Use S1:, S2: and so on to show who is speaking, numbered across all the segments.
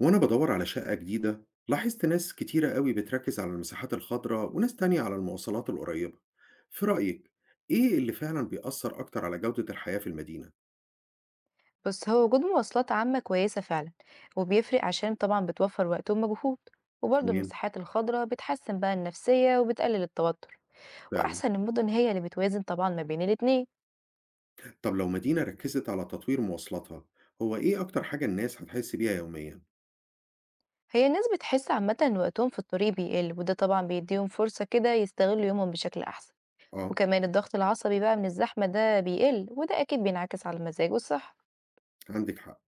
S1: وأنا بدور على شقة جديدة، لاحظت ناس كتيرة قوي بتركز على المساحات الخضراء وناس تانية على المواصلات القريبة. في رأيك، إيه اللي فعلا بيأثر أكتر على جودة الحياة في المدينة؟
S2: بس هو وجود مواصلات عامة كويسة فعلا وبيفرق عشان طبعا بتوفر وقت ومجهود. وبرضه
S1: تمام،
S2: المساحات الخضراء بتحسن بقى النفسية وبتقلل التوتر.
S1: فعلا.
S2: وأحسن المدن هي اللي بتوازن طبعا ما بين الاتنين.
S1: طب لو مدينة ركزت على تطوير مواصلاتها، هو إيه أكتر حاجة الناس هتحس بيها يوميا؟
S2: هي الناس بتحس عامة إن وقتهم في الطريق بيقل، وده طبعا بيديهم فرصة كده يستغلوا يومهم بشكل أحسن.
S1: آه.
S2: وكمان الضغط العصبي بقى من الزحمة ده بيقل، وده أكيد بينعكس على المزاج والصحة.
S1: عندك حق،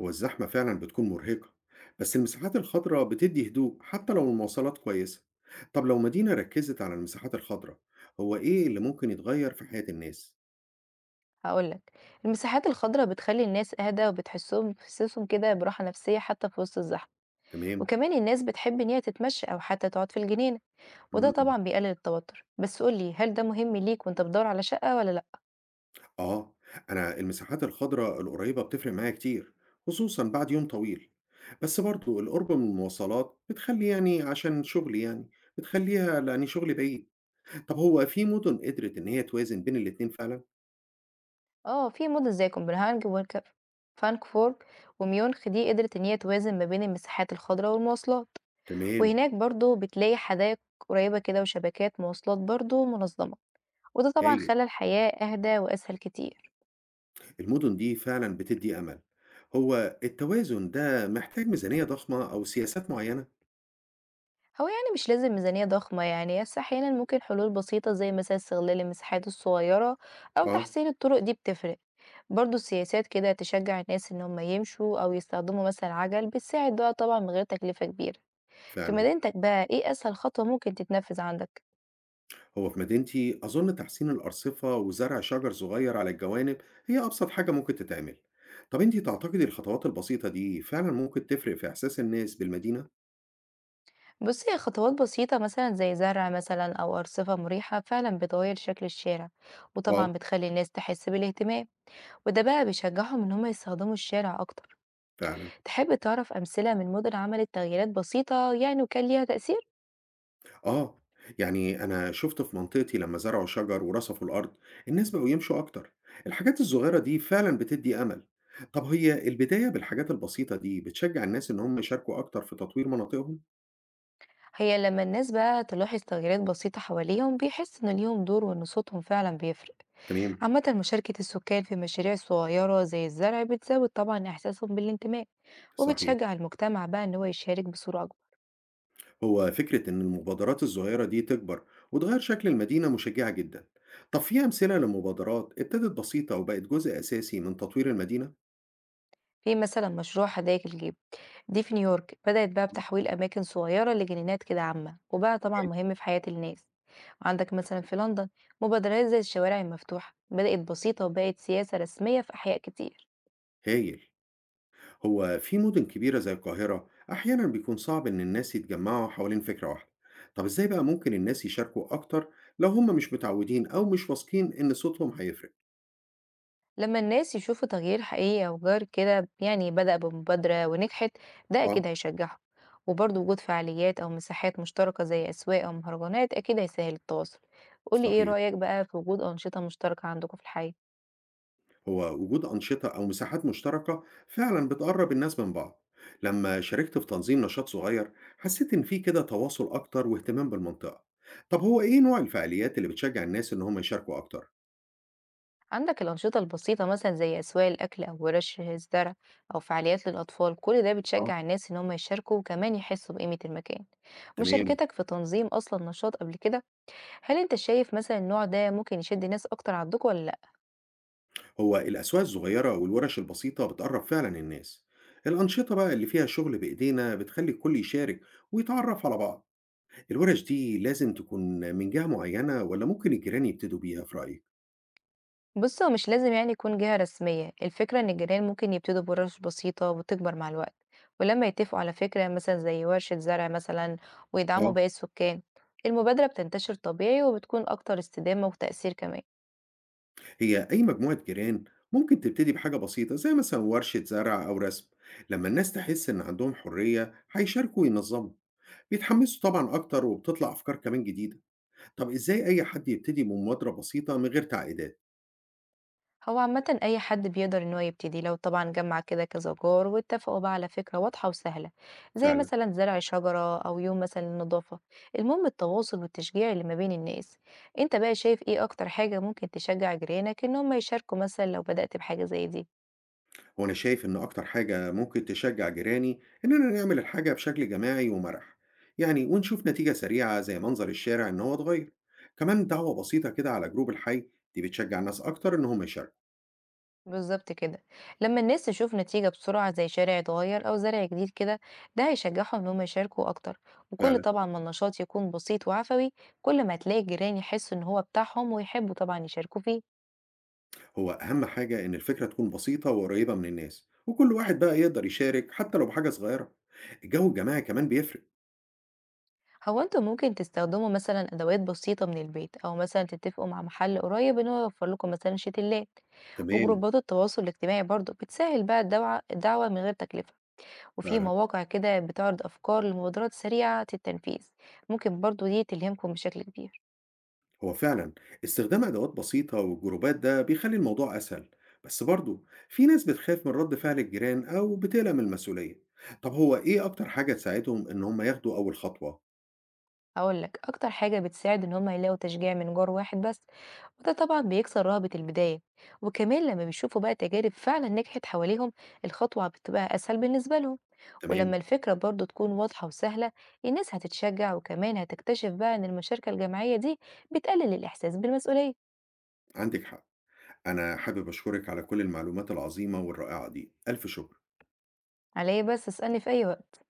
S1: هو الزحمة فعلا بتكون مرهقة، بس المساحات الخضراء بتدي هدوء حتى لو المواصلات كويسة. طب لو مدينة ركزت على المساحات الخضراء، هو إيه اللي ممكن يتغير في حياة الناس؟
S2: هقولك، المساحات الخضراء بتخلي الناس أهدى وبتحسهم بتحسسهم كده براحة نفسية حتى في وسط الزحمة.
S1: تمام.
S2: وكمان الناس بتحب إن هي تتمشى أو حتى تقعد في الجنينة، وده
S1: إمم،
S2: طبعا بيقلل التوتر. بس قولي، هل ده مهم ليك وانت بتدور على شقة ولا لأ؟
S1: آه، أنا المساحات الخضرا القريبة بتفرق معايا كتير، خصوصًا بعد يوم طويل، بس برضه القرب من المواصلات بتخلّي يعني عشان شغلي يعني، بتخلّيها لإن شغلي بعيد. طب هو في مدن قدرت إن هي توازن بين الاتنين فعلًا؟
S2: اه، في مدن زي كوبنهاجن وكاب فانكفورت وميونخ، دي قدرت إن هي توازن ما بين المساحات الخضراء والمواصلات.
S1: تمام.
S2: وهناك برضو بتلاقي حدائق قريبة كده وشبكات مواصلات برضو منظمة، وده طبعا
S1: هايل،
S2: خلى الحياة أهدى وأسهل كتير.
S1: المدن دي فعلًا بتدّي أمل. هو التوازن ده محتاج ميزانية ضخمة أو سياسات معيّنة؟
S2: هو يعني مش لازم ميزانية ضخمة يعني، بس أحيانا ممكن حلول بسيطة زي مثلا استغلال المساحات الصغيرة أو
S1: آه،
S2: تحسين الطرق، دي بتفرق. برضو السياسات كده تشجع الناس إن هم يمشوا أو يستخدموا مثلا عجل، بتساعد بقى طبعا من غير تكلفة كبيرة. في
S1: فعلًا.
S2: مدينتك بقى إيه أسهل خطوة ممكن تتنفذ عندك؟
S1: هو في مدينتي أظن تحسين الأرصفة وزرع شجر صغير على الجوانب هي أبسط حاجة ممكن تتعمل. طب أنتي تعتقدي الخطوات البسيطة دي فعلا ممكن تفرق في إحساس الناس بالمدينة؟
S2: بصي، هي خطوات بسيطة مثلا زي زرع مثلا أو أرصفة مريحة، فعلا بتغير شكل الشارع
S1: آه،
S2: وطبعا بتخلي الناس تحس بالاهتمام. وده بقى بيشجعهم إن هم يستخدموا الشارع أكتر.
S1: فعلا.
S2: تحب تعرف أمثلة من مدن عملت تغييرات بسيطة يعني وكان ليها تأثير؟
S1: آه، يعني أنا شفت في منطقتي لما زرعوا شجر ورصفوا الأرض الناس بقوا يمشوا أكتر. الحاجات الصغيرة دي فعلا بتدي أمل. طب هي البداية بالحاجات البسيطة دي بتشجع الناس إن هم يشاركوا أكتر في تطوير مناطقهم؟
S2: هي لما الناس بقى تلاحظ تغييرات بسيطة حواليهم، بيحس إن ليهم دور وإن صوتهم فعلا بيفرق.
S1: تمام.
S2: عامة، مشاركة السكان في مشاريع صغيرة زي الزرع بتزود طبعا إحساسهم بالانتماء،
S1: صحيح.
S2: وبتشجع المجتمع بقى إن هو يشارك بصورة أكبر.
S1: هو فكرة إن المبادرات الصغيرة دي تكبر وتغير شكل المدينة مشجعة جدا. طب في أمثلة لمبادرات ابتدت بسيطة وبقت جزء أساسي من تطوير المدينة؟
S2: في مثلا مشروع حدائق الجيب، دي في نيويورك بدأت بقى
S1: آه،
S2: بتحويل أماكن صغيرة لجنينات كده، عامة وبقى طبعا
S1: كويس.
S2: مهم في حياة الناس. عندك مثلا في لندن مبادرات زي الشوارع المفتوحة، بدأت بسيطة وبقت سياسة رسمية في أحياء كتير.
S1: هايل. هو في مدن كبيرة زي القاهرة أحيانا بيكون صعب إن الناس يتجمعوا حوالين فكرة واحدة. طب إزاي بقى ممكن الناس يشاركوا أكتر لو هم مش متعودين أو مش واثقين إن صوتهم هيفرق؟
S2: لما الناس يشوفوا تغيير حقيقي أو جار كده يعني بدأ بمبادرة ونجحت، ده
S1: آه.
S2: أكيد هيشجعهم. وبرضه وجود فعاليات أو مساحات مشتركة زي أسواق أو مهرجانات أكيد هيسهل التواصل. قولي، إيه
S1: صحيح.
S2: رأيك بقى في وجود أنشطة مشتركة عندكم في الحي؟
S1: هو وجود أنشطة أو مساحات مشتركة فعلا بتقرب الناس من بعض. لما شاركت في تنظيم نشاط صغير حسيت إن في كده تواصل أكتر واهتمام بالمنطقة. طب هو إيه نوع الفعاليات اللي بتشجع الناس إن هم يشاركوا أكتر؟
S2: عندك الأنشطة البسيطة مثلا زي أسواق الأكل أو ورش الزرع أو فعاليات للأطفال، كل ده
S1: آه،
S2: بتشجع الناس إن هم يشاركوا وكمان يحسوا بقيمة المكان.
S1: تمام.
S2: مشاركتك في تنظيم أصلا نشاط قبل كده، هل أنت شايف مثلا النوع ده ممكن يشد ناس أكتر عندكم ولا لأ؟
S1: هو الأسواق الصغيرة والورش البسيطة بتقرب فعلا الناس. الأنشطة بقى اللي فيها شغل بإيدينا بتخلي الكل يشارك ويتعرف على بعض. الورش دي لازم تكون من جهة معينة ولا ممكن الجيران يبتدوا بيها في رأيك؟
S2: بص، هو مش لازم يعني يكون جهة رسمية، الفكرة إن الجيران ممكن يبتدوا بورش بسيطة وتكبر مع الوقت. ولما يتفقوا على فكرة مثلا زي ورشة زرع مثلا ويدعموا
S1: آه.
S2: باقي السكان، المبادرة بتنتشر طبيعي وبتكون أكتر استدامة وتأثير كمان.
S1: هي أي مجموعة جيران ممكن تبتدي بحاجة بسيطة زي مثلا ورشة زرع أو رسم. لما الناس تحس إن عندهم حرية هيشاركوا وينظموا، بيتحمسوا طبعا أكتر وبتطلع أفكار كمان جديدة. طب إزاي أي حد يبتدي بمبادرة بسيطة من غير تعقيدات؟
S2: هو عامة أي حد بيقدر إن هو يبتدي، لو طبعا جمع كده كذا جار واتفقوا بقى على فكرة واضحة وسهلة، زي
S1: فعلا.
S2: مثلا زرع شجرة أو يوم مثلا للنظافة. المهم التواصل والتشجيع اللي ما بين الناس. أنت بقى شايف إيه أكتر حاجة ممكن تشجع جيرانك إن هم يشاركوا مثلا لو بدأت بحاجة زي دي؟
S1: هو أنا شايف إن أكتر حاجة ممكن تشجع جيراني إننا نعمل الحاجة بشكل جماعي ومرح، يعني ونشوف نتيجة سريعة زي منظر الشارع إن هو اتغير. كمان دعوة بسيطة كده على جروب الحي دي بتشجع الناس أكتر إن هم يشاركوا.
S2: بالظبط كده، لما الناس تشوف نتيجة بسرعة زي شارع اتغير أو زرع جديد كده، ده هيشجعهم إن هم يشاركوا أكتر. وكل
S1: فعلا.
S2: طبعا ما النشاط يكون بسيط وعفوي، كل ما هتلاقي الجيران يحسوا إن هو بتاعهم ويحبوا طبعا يشاركوا فيه.
S1: هو أهم حاجة إن الفكرة تكون بسيطة وقريبة من الناس وكل واحد بقى يقدر يشارك حتى لو بحاجة صغيرة. الجو الجماعي كمان بيفرق.
S2: هو انتوا ممكن تستخدموا مثلا ادوات بسيطه من البيت او مثلا تتفقوا مع محل قريب ان هو يوفر لكم مثلا شتلات.
S1: تمام.
S2: وجروبات التواصل الاجتماعي برضو بتسهل بقى الدعوه من غير تكلفه. وفي
S1: فعلا.
S2: مواقع كده بتعرض افكار لمبادرات سريعه التنفيذ، ممكن برضو دي تلهمكم بشكل كبير.
S1: هو فعلا استخدام أدوات بسيطة والجروبات ده بيخلي الموضوع أسهل، بس برضه في ناس بتخاف من رد فعل الجيران أو بتقلق من المسؤولية. طب هو إيه أكتر حاجة تساعدهم إن هم ياخدوا أول خطوة؟
S2: اقول لك، اكتر حاجه بتساعد ان هم يلاقوا تشجيع من جار واحد بس، وده طبعا بيكسر رهبه البدايه. وكمان لما بيشوفوا بقى تجارب فعلا نجحت حواليهم، الخطوه بتبقى اسهل بالنسبه لهم.
S1: تمام.
S2: ولما الفكرة برضو تكون واضحة وسهلة، الناس هتتشجع وكمان هتكتشف بقى إن المشاركة الجماعية دي بتقلل الإحساس بالمسؤولية.
S1: عندك حق. أنا حابب أشكرك على كل المعلومات العظيمة والرائعة دي، ألف شكر.
S2: عليا، بس اسألني في أي وقت.